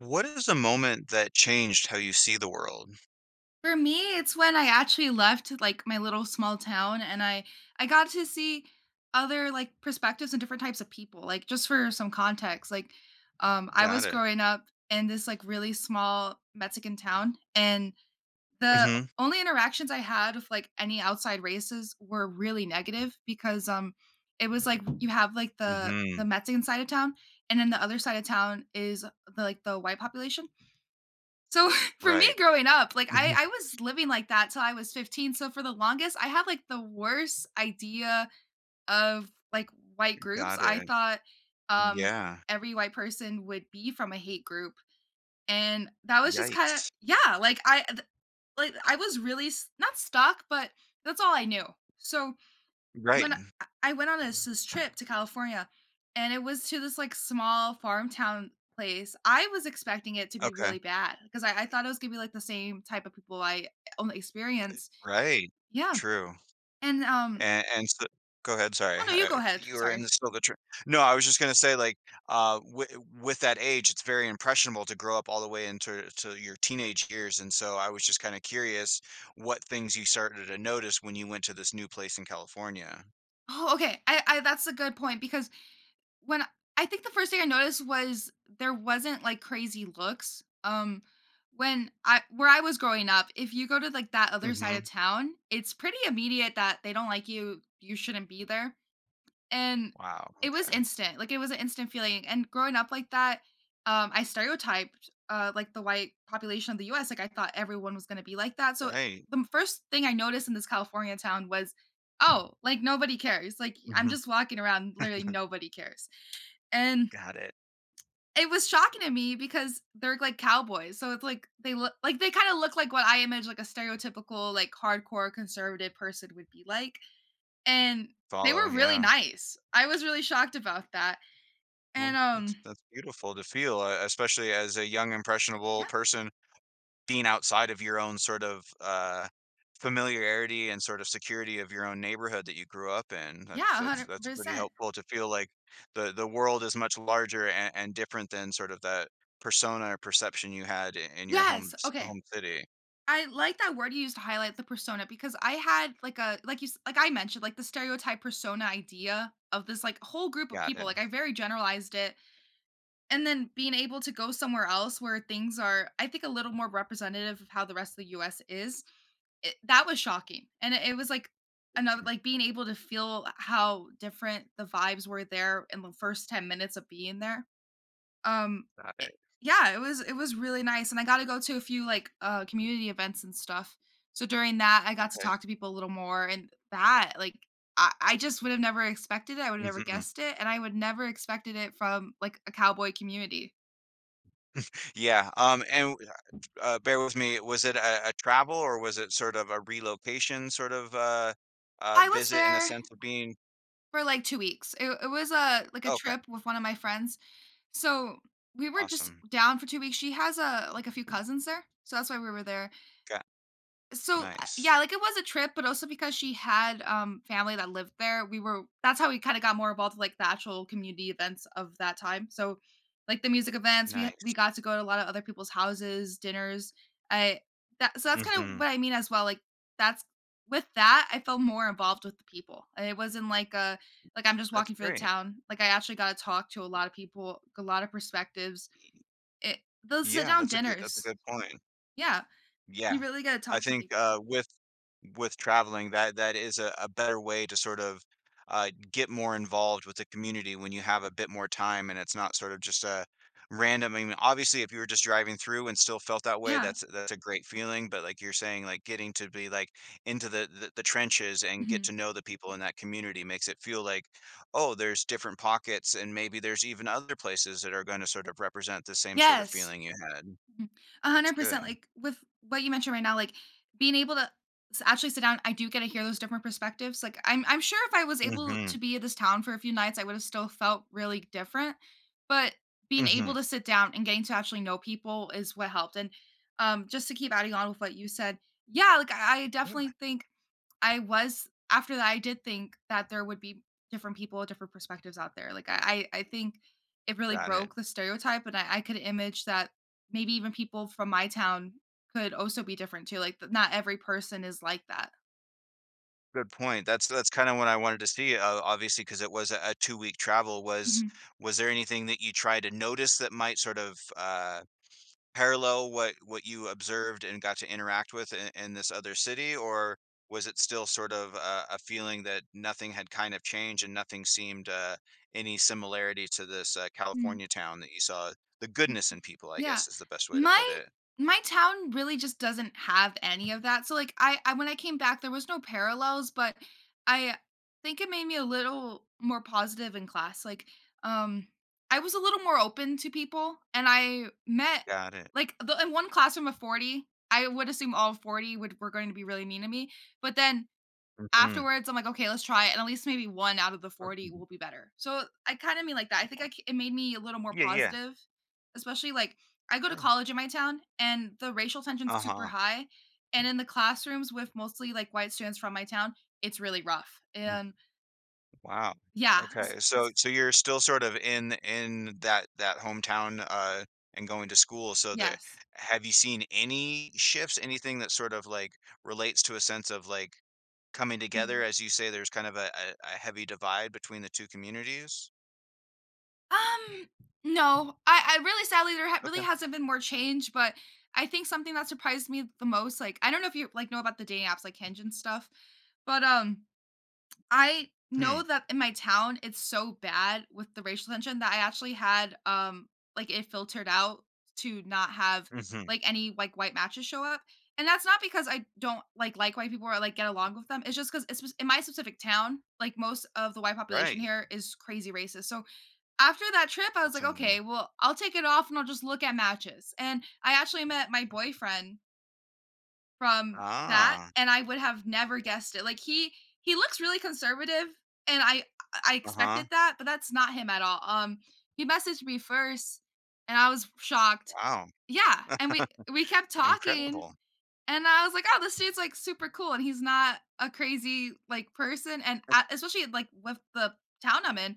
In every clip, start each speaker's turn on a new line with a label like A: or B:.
A: What is a moment that changed how you see the world?
B: For me, it's when I actually left, like, my little small town and I got to see other, like, perspectives and different types of people. Like, just for some context, like, I
A: Got
B: was
A: it.
B: growing up in this, like, really small Mexican town, and the
A: Mhm.
B: only interactions I had with, like, any outside races were really negative because, it was like you have, like, the
A: Mhm.
B: Mexican side of town, and then the other side of town is the, like, the white population. So for me
A: Right.
B: growing up, like I,
A: Mhm.
B: I was living like that till I was 15. So for the longest, I had like the worst idea of like white groups.
A: Got
B: I
A: it.
B: thought um
A: Yeah.
B: every white person would be from a hate group. And that was just kind of
A: Yikes.
B: yeah, like like I was really not stuck, but that's all I knew. So
A: Right.
B: when I went on this trip to California, and it was to this, like, small farm town place. I was expecting it to be
A: Okay.
B: really bad, 'cause I thought it was gonna be, like, the same type of people I only experience.
A: Right.
B: Yeah,
A: True.
B: and, um.
A: And so go ahead, sorry.
B: Oh, no, you go
A: I,
B: ahead,
A: you were in the
B: sorry.
A: still the tr No, I was just gonna say, like, wi with that age, it's very impressionable to grow up all the way into to your teenage years, and so I was just kinda curious what things you started to notice when you went to this new place in California.
B: Oh, okay, I that's a good point because when I think the first thing I noticed was there wasn't, like, crazy looks. When I where I was growing up, if you go to, like, that other side of
A: Mhm.
B: town, it's pretty immediate that they don't like you shouldn't be there. And
A: Wow,
B: it was
A: okay.
B: instant, like, it was an instant feeling, and growing up like that, I stereotyped, like, the white population of the US, like, I thought everyone was gonna be like that. So
A: Right.
B: the first thing I noticed in this California town was, "Oh, like, nobody cares, like, I'm
A: Mhm.
B: just walking around, literally nobody cares." And
A: Got it.
B: it was shocking to me because they're, like, cowboys, so it's like they look like, they kinda look like what I image, like, a stereotypical, like, hardcore conservative person would be like, and they
A: Follow,
B: were really
A: yeah.
B: nice. I was really shocked about that.
A: Well,
B: And,
A: that's that's beautiful to feel, e especially as a young, impressionable
B: yeah,
A: person being outside of your own sort of, familiarity and sort of security of your own neighborhood that you grew up in.
B: yeah,
A: That's pretty
B: 100%.
A: helpful to feel like the world is much larger and different than sort of that persona or perception you had I in your home
B: Yes,
A: s
B: okay.
A: home city.
B: I like that word you used to highlight the persona because I had like a like you s like I mentioned, like the stereotype persona idea of this, like, whole group of
A: Got
B: people,
A: it.
B: like, I very generalized it. And then being able to go somewhere else where things are, I think, a little more representative of how the rest of the US is, it, that was shocking. And it was like another,
A: Mhm.
B: like being able to feel how different the vibes were there in the first 10 minutes of being there. um,
A: Got
B: it
A: it.
B: yeah, it was really nice, and I got to go to a few, like, community events and stuff. So during that, I got to
A: Okay.
B: talk to people a little more, and that, like, I just would have never expected it, I would have never
A: Mhm.
B: guessed it, and I would never expected it from, like, a cowboy community.
A: Yeah, and bear with me, was it a travel or was it sort of a relocation sort of,
B: I was
A: visit in a
B: there
A: sense of being
B: for, like, 2 weeks. It was a like, a
A: okay,
B: trip with one of my friends. So we were just
A: awesome.
B: down for 2 weeks. She has, a like, a few cousins there, so that's why we were there.
A: Got
B: So,
A: nice,
B: yeah, like, it was a trip, but also because she had, family that lived there, we were that's how we kinda got more involved with, like, the actual community events of that time. So, like, the music events, we
A: nice.
B: got to go to a lot of other people's houses, dinners. I that so that's kinda
A: Mhm.
B: what I mean as well, like, that's with that, I felt more involved with the people, and it wasn't like a like, I'm just
A: That's
B: walking through the
A: great.
B: town. Like, I actually got to talk to a lot of people, like, a lot of perspectives. It those
A: Yeah,
B: sit-down
A: that's a
B: dinners.
A: good point.
B: Yeah.
A: Yeah.
B: You really gotta
A: I
B: talk to
A: think,
B: people.
A: with traveling, that that is a better way to sort of, get more involved with the community when you have a bit more time and it's not sort of just a random I mean, obviously, if you were just driving through and still felt that way,
B: Yeah.
A: that's a great feeling, but like you're saying, like, getting to be, like, into the trenches and get
B: Mhm.
A: to know the people in that community makes it feel like, "Oh, there's different pockets, and maybe there's even other places that are gonna sort of represent the same sort of
B: Yes.
A: feeling you had."
B: Mhm.
A: That's good.
B: 100%, like, with what you mentioned right now, like, being able to s actually sit down, I do get to hear those different perspectives. Like, I'm sure if I was able
A: Mhm.
B: to be in this town for a few nights, I would've still felt really different, but being able
A: Mhm.
B: to sit down and getting to actually know people is what helped. And, just to keep adding on with what you said, yeah, like, I definitely think I was after that, I did think that there would be different people, different perspectives out there. Like I think it really
A: Got it.
B: broke the stereotype, and I could image that maybe even people from my town could also be different too. Like not every person is like that.
A: Good point. That's kind of what I wanted to see, obviously, because it was a two-week travel.
B: Mhm.
A: Was there anything that you tried to notice that might sort of parallel what you observed and got to interact with in this other city, or was it still sort of a feeling that nothing had kind of changed and nothing seemed any similarity to this California town that you saw? The goodness in people, I
B: Yeah.
A: guess, is the best way to put
B: My
A: it.
B: my town really just doesn't have any of that. So like I when I came back there was no parallels, but I think it made me a little more positive in class. Like um I was a little more open to people and I met
A: Got it.
B: like the, in one classroom of 40, I would assume all 40 would were going to be really mean to me. But then
A: Hmm.
B: afterwards, I'm like, "Okay, let's try it, and at least maybe 1 out of the 40 will be better." So, I kinda mean like that. I think I c it made me a little more
A: Yeah, yeah.
B: positive, especially, like, I go to college in my town, and the racial
A: Uh
B: tension's super
A: huh.
B: high, and in the classrooms with mostly, like, white students from my town, it's really rough, and
A: Wow.
B: yeah, s
A: Okay.
B: s
A: So so you're still sort of in that that hometown and going to school. So there
B: yes.
A: have you seen any shifts, anything that sort of like relates to a sense of like coming together?
B: Mhm.
A: As you say, there's kind of a heavy divide between the two communities.
B: Um, no. I really sadly, there ha really
A: Okay.
B: hasn't been more change, but I think something that surprised me the most, like I don't know if you, like, know about the dating apps like Hinge and stuff, but, I know
A: Hmm.
B: that in my town, it's so bad with the racial tension that I actually had, like it filtered out to not have
A: Hmm.
B: like any like white matches show up. And that's not because I don't like white people or like get along with them. It's just because it's in my specific town, like most of the white population
A: Right.
B: here is crazy racist. So after that trip, I was
A: That's
B: like,
A: an- yeah.
B: okay, well, I'll take it off and I'll just look at matches. And I actually met my boyfriend from that,
A: Ah.
B: and I would have never guessed it. Like, he looks really conservative, and I
A: Uh-huh.
B: expected that, but that's not him at all. He messaged me first, and I was shocked.
A: Wow.
B: Yeah, and we kept talking,
A: Incredible.
B: and I was like, "Oh, this dude's, like, super cool, and he's not a crazy, like, person," and a especially, like, with the town I'm in,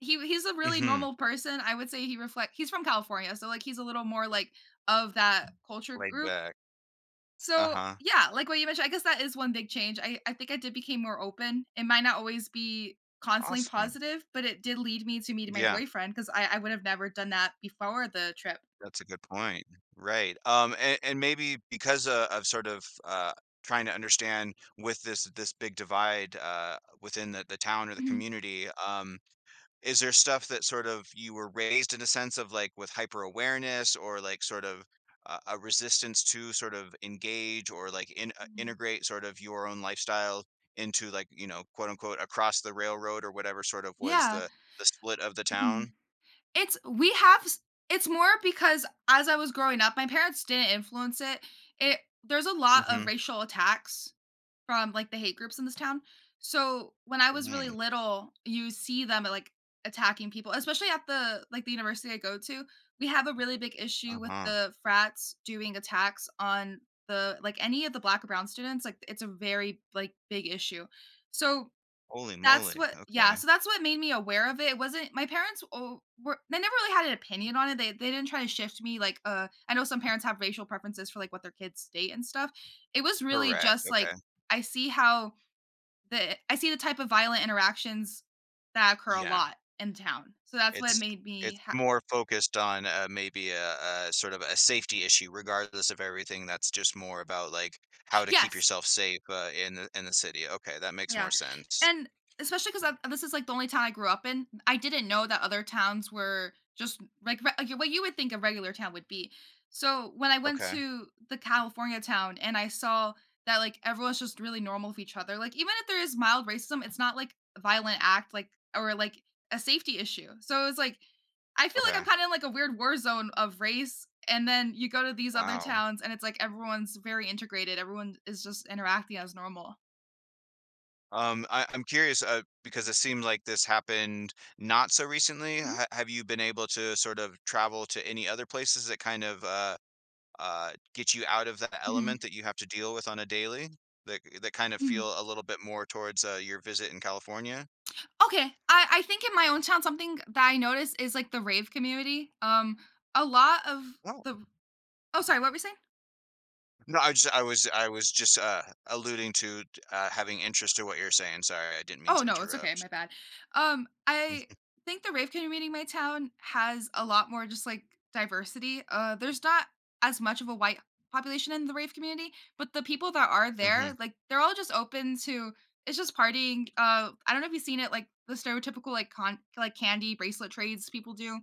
B: he's a really
A: Hmm.
B: normal person. I would say he's from California, so, like, he's a little more, like, of that culture
A: Laid
B: group.
A: back.
B: So,
A: Uh-huh.
B: yeah, like what you mentioned, I guess that is one big change. I think I did became more open. It might not always be constantly
A: Awesome.
B: positive, but it did lead me to meeting my
A: Yeah.
B: boyfriend because I would have never done that before the trip.
A: That's a good point. Right. And maybe because of sort of trying to understand with this this big divide within the town or the
B: Mhm.
A: community, is there stuff that sort of you were raised in a sense of like with hyper awareness or like sort of a resistance to sort of engage or like in,
B: Mhm.
A: integrate sort of your own lifestyle into, like, you know, quote unquote, across the railroad or whatever sort of was
B: Yeah.
A: the split of the
B: Mhm.
A: town.
B: It's we have s it's more because as I was growing up, my parents didn't influence it. There's a lot
A: Mm-hmm.
B: of racial attacks from, like, the hate groups in this town. So, when I was really
A: Dang.
B: little, you see them, like, attacking people, especially at the like, the university I go to. We have a really big issue with
A: Uh-huh.
B: the frats doing attacks on the like, any of the black or brown students, like, it's a very, like, big issue. So
A: Holy
B: that's
A: moly,
B: what yeah,
A: okay.
B: so that's what made me aware of it. It wasn't my parents o were they never really had an opinion on it. They didn't try to shift me, like, I know some parents have racial preferences for, like, what their kids date and stuff. It was really
A: Correct,
B: just,
A: okay.
B: like, I see how I see the type of violent interactions that occur a
A: Yeah.
B: lot in town. So that's what
A: It's
B: made
A: it's
B: me ha.
A: more focused on, maybe a sort of a safety issue regardless of everything that's just more about, like, how to keep
B: Yes.
A: yourself safe, in the city. Okay, that makes
B: Yeah,
A: more sense.
B: and especially because this is, like, the only town I grew up in, I didn't know that other towns were just, like, re like, what you would think a regular town would be. So, when I went
A: Okay,
B: to the California town and I saw that, like, everyone's just really normal with each other. Like, even if there is mild racism, it's not, like, a violent act, like, or, like, a safety issue. So, it was like, I feel like
A: okay.
B: I'm kinda in, like, a weird war zone of race, and then you go to these other
A: Wow.
B: towns, and it's like everyone's very integrated, everyone is just interacting as normal.
A: I'm curious, because it seemed like this happened not so recently.
B: Mhm,
A: Ha have you been able to sort of travel to any other places that kind of, get you out of that element
B: mhm.
A: that you have to deal with on a daily that that kind of
B: Mm.
A: feel a little bit more towards your visit in California?
B: Okay. I think in my own town, something that I notice is like the rave community. A lot of
A: Oh,
B: the. Oh, sorry, what were we saying?
A: no, I just I was just alluding to having interest to what you're saying. Sorry, I didn't mean
B: Oh
A: to
B: no, it's okay.
A: interrupt.
B: My bad. I think the rave community in my town has a lot more just like diversity. There's not as much of a white population in the rave community, but the people that are
A: Hmm.
B: there, like they're all just open to it's just partying. I don't know if you've seen it, like the stereotypical like candy bracelet trades people do.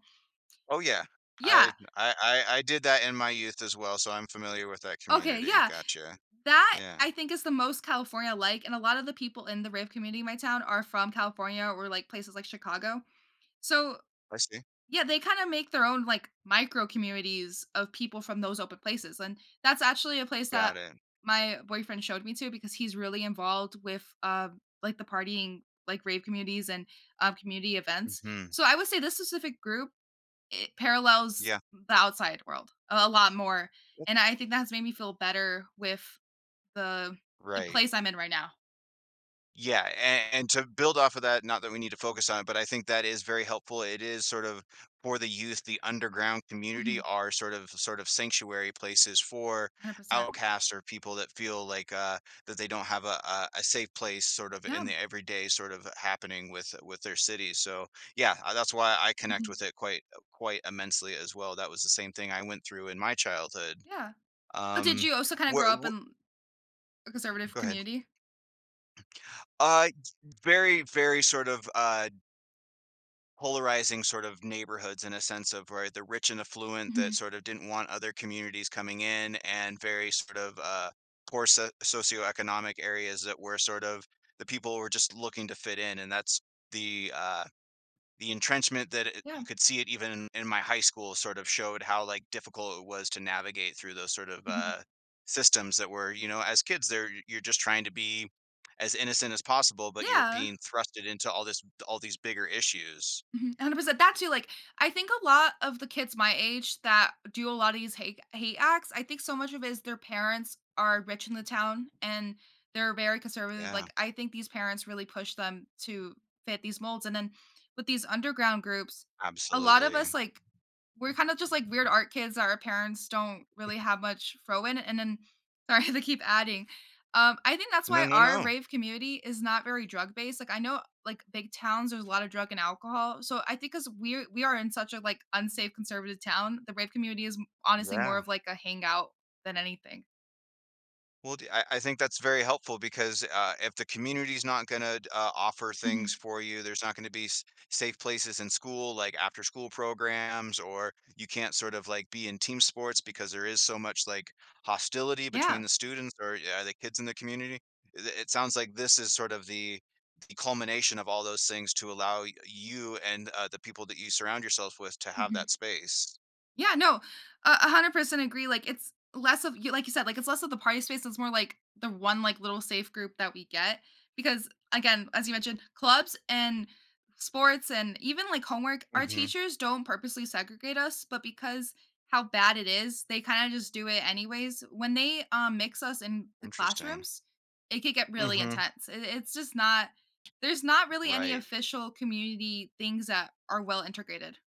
A: Oh yeah, I,
B: Yeah.
A: I did that in my youth as well, so I'm familiar with that
B: Okay.
A: community.
B: Yeah.
A: Gotcha.
B: That
A: Yeah,
B: I think is the most California-like, and a lot of the people in the rave community in my town are from California or, like, places like Chicago. So,
A: I see.
B: yeah, they kinda make their own, like, micro communities of people from those open places, and that's actually a place
A: Got
B: that
A: it.
B: my boyfriend showed me to because he's really involved with, like, the partying, like, rave communities and, community events.
A: Hmm.
B: So I would say this specific group, it parallels
A: Yeah.
B: the outside world a lot more, and I think that has made me feel better with the the
A: Right.
B: place I'm in right now.
A: Yeah, and to build off of that, not that we need to focus on it, but I think that is very helpful. It is sort of for the youth, the underground community
B: Mhm,
A: are sort of sanctuary places for
B: 100%.
A: outcasts or people that feel like that they don't have a safe place sort of in
B: Yeah,
A: the everyday sort of happening with their cities. So yeah, that's why I connect
B: mhm,
A: with it quite immensely as well. That was the same thing I went through in my childhood.
B: yeah. Oh, did
A: Um,
B: you also kinda grow
A: wh-
B: up
A: wh-
B: in a conservative
A: go ahead.
B: community?
A: Uh, very very sort of polarizing sort of neighborhoods in a sense of where the rich and affluent that
B: Mhm,
A: sort of didn't want other communities coming in and very sort of poor so- socioeconomic areas that were sort of the people were just looking to fit in and that's the uh, the entrenchment that it,
B: yeah,
A: you could see it even in my high school sort of showed how like difficult it was to navigate through those sort of
B: mhm,
A: systems that were, you know, as kids there you're just trying to be as innocent as possible but you're
B: yeah.
A: being thrusted into all this all these bigger issues.
B: Mhm, 100%. That too, like, I think a lot of the kids my age that do a lot of these hate acts, I think so much of it is their parents are rich in the town and they're very conservative.
A: Yeah,
B: Like, I think these parents really push them to fit these molds. And then with these underground groups, a lot of
A: absolutely.
B: us, like, we're kind of just like weird art kids that our parents don't really have much throw in. And then, sorry to keep adding. I think that's
A: No,
B: why
A: no,
B: our
A: no.
B: rave community is not very drug based. Like I know like big towns, there's a lot of drug and alcohol. So I think because we are in such a like unsafe conservative town, the rave community is honestly more
A: Yeah.
B: of like a hangout than anything.
A: Well, d I think that's very helpful because, if the community's not gonna offer things
B: Hmm.
A: for you, there's not gonna be s safe places in school, like after-school programs, or you can't sort of, like, be in team sports because there is so much, like, hostility between
B: Yeah.
A: the students or, the kids in the community. It sounds like this is sort of the culmination of all those things to allow y you and, the people that you surround yourself with to have that space.
B: Yeah, no, a 100% agree, like, it's less of you like you said, like, it's less of the party space, it's more like the one, like, little safe group that we get because, again, as you mentioned, clubs and sports and even, like, homework, our
A: Mhm.
B: teachers don't purposely segregate us, but because how bad it is, they kinda just do it anyways. When they, mix us in the
A: Interesting.
B: classrooms, it could get really
A: Mhm.
B: intense. It's just not there's not really any
A: Right.
B: official community things that are well integrated.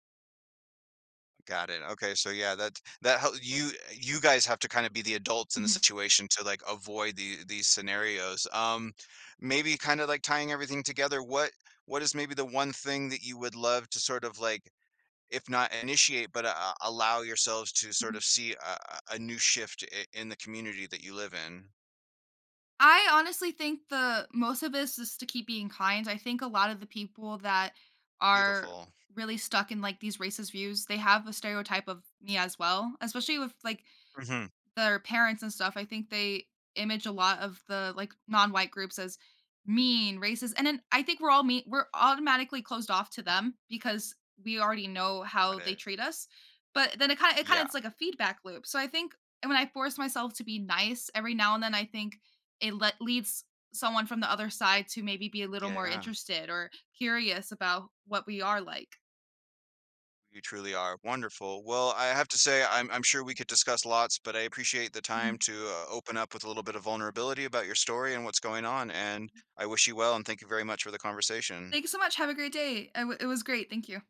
A: Got it. Okay, so yeah, that that hel you you guys have to kinda be the adults in the
B: Mhm,
A: situation to, like, avoid the these scenarios. Maybe kinda, like, tying everything together, what is maybe the one thing that you would love to sort of, like, if not initiate, but, allow yourselves to sort
B: mhm.
A: of see a a new shift I in the community that you live in?
B: I honestly think the most of this is to keep being kind. I think a lot of the people that are
A: Beautiful.
B: really stuck in like these racist views, they have a stereotype of me as well, especially with like
A: Mhm.
B: their parents and stuff, I think they image a lot of the, like, non-white groups as mean, racist, and then I think we're all mean we're automatically closed off to them because we already know
A: Got
B: how they
A: it.
B: treat us, but then it kinda
A: Yeah.
B: it's like a feedback loop, so I think when I force myself to be nice every now and then, I think it le leads someone from the other side to maybe be a little more
A: Yeah.
B: interested or curious about what we are like.
A: You truly are. Wonderful. Well, I have to say, I'm sure we could discuss lots, but I appreciate the time
B: Mhm.
A: to open up with a little bit of vulnerability about your story and what's going on. And I wish you well and thank you very much for the conversation.
B: Thank you so much, have a great day. I w it was great, thank you.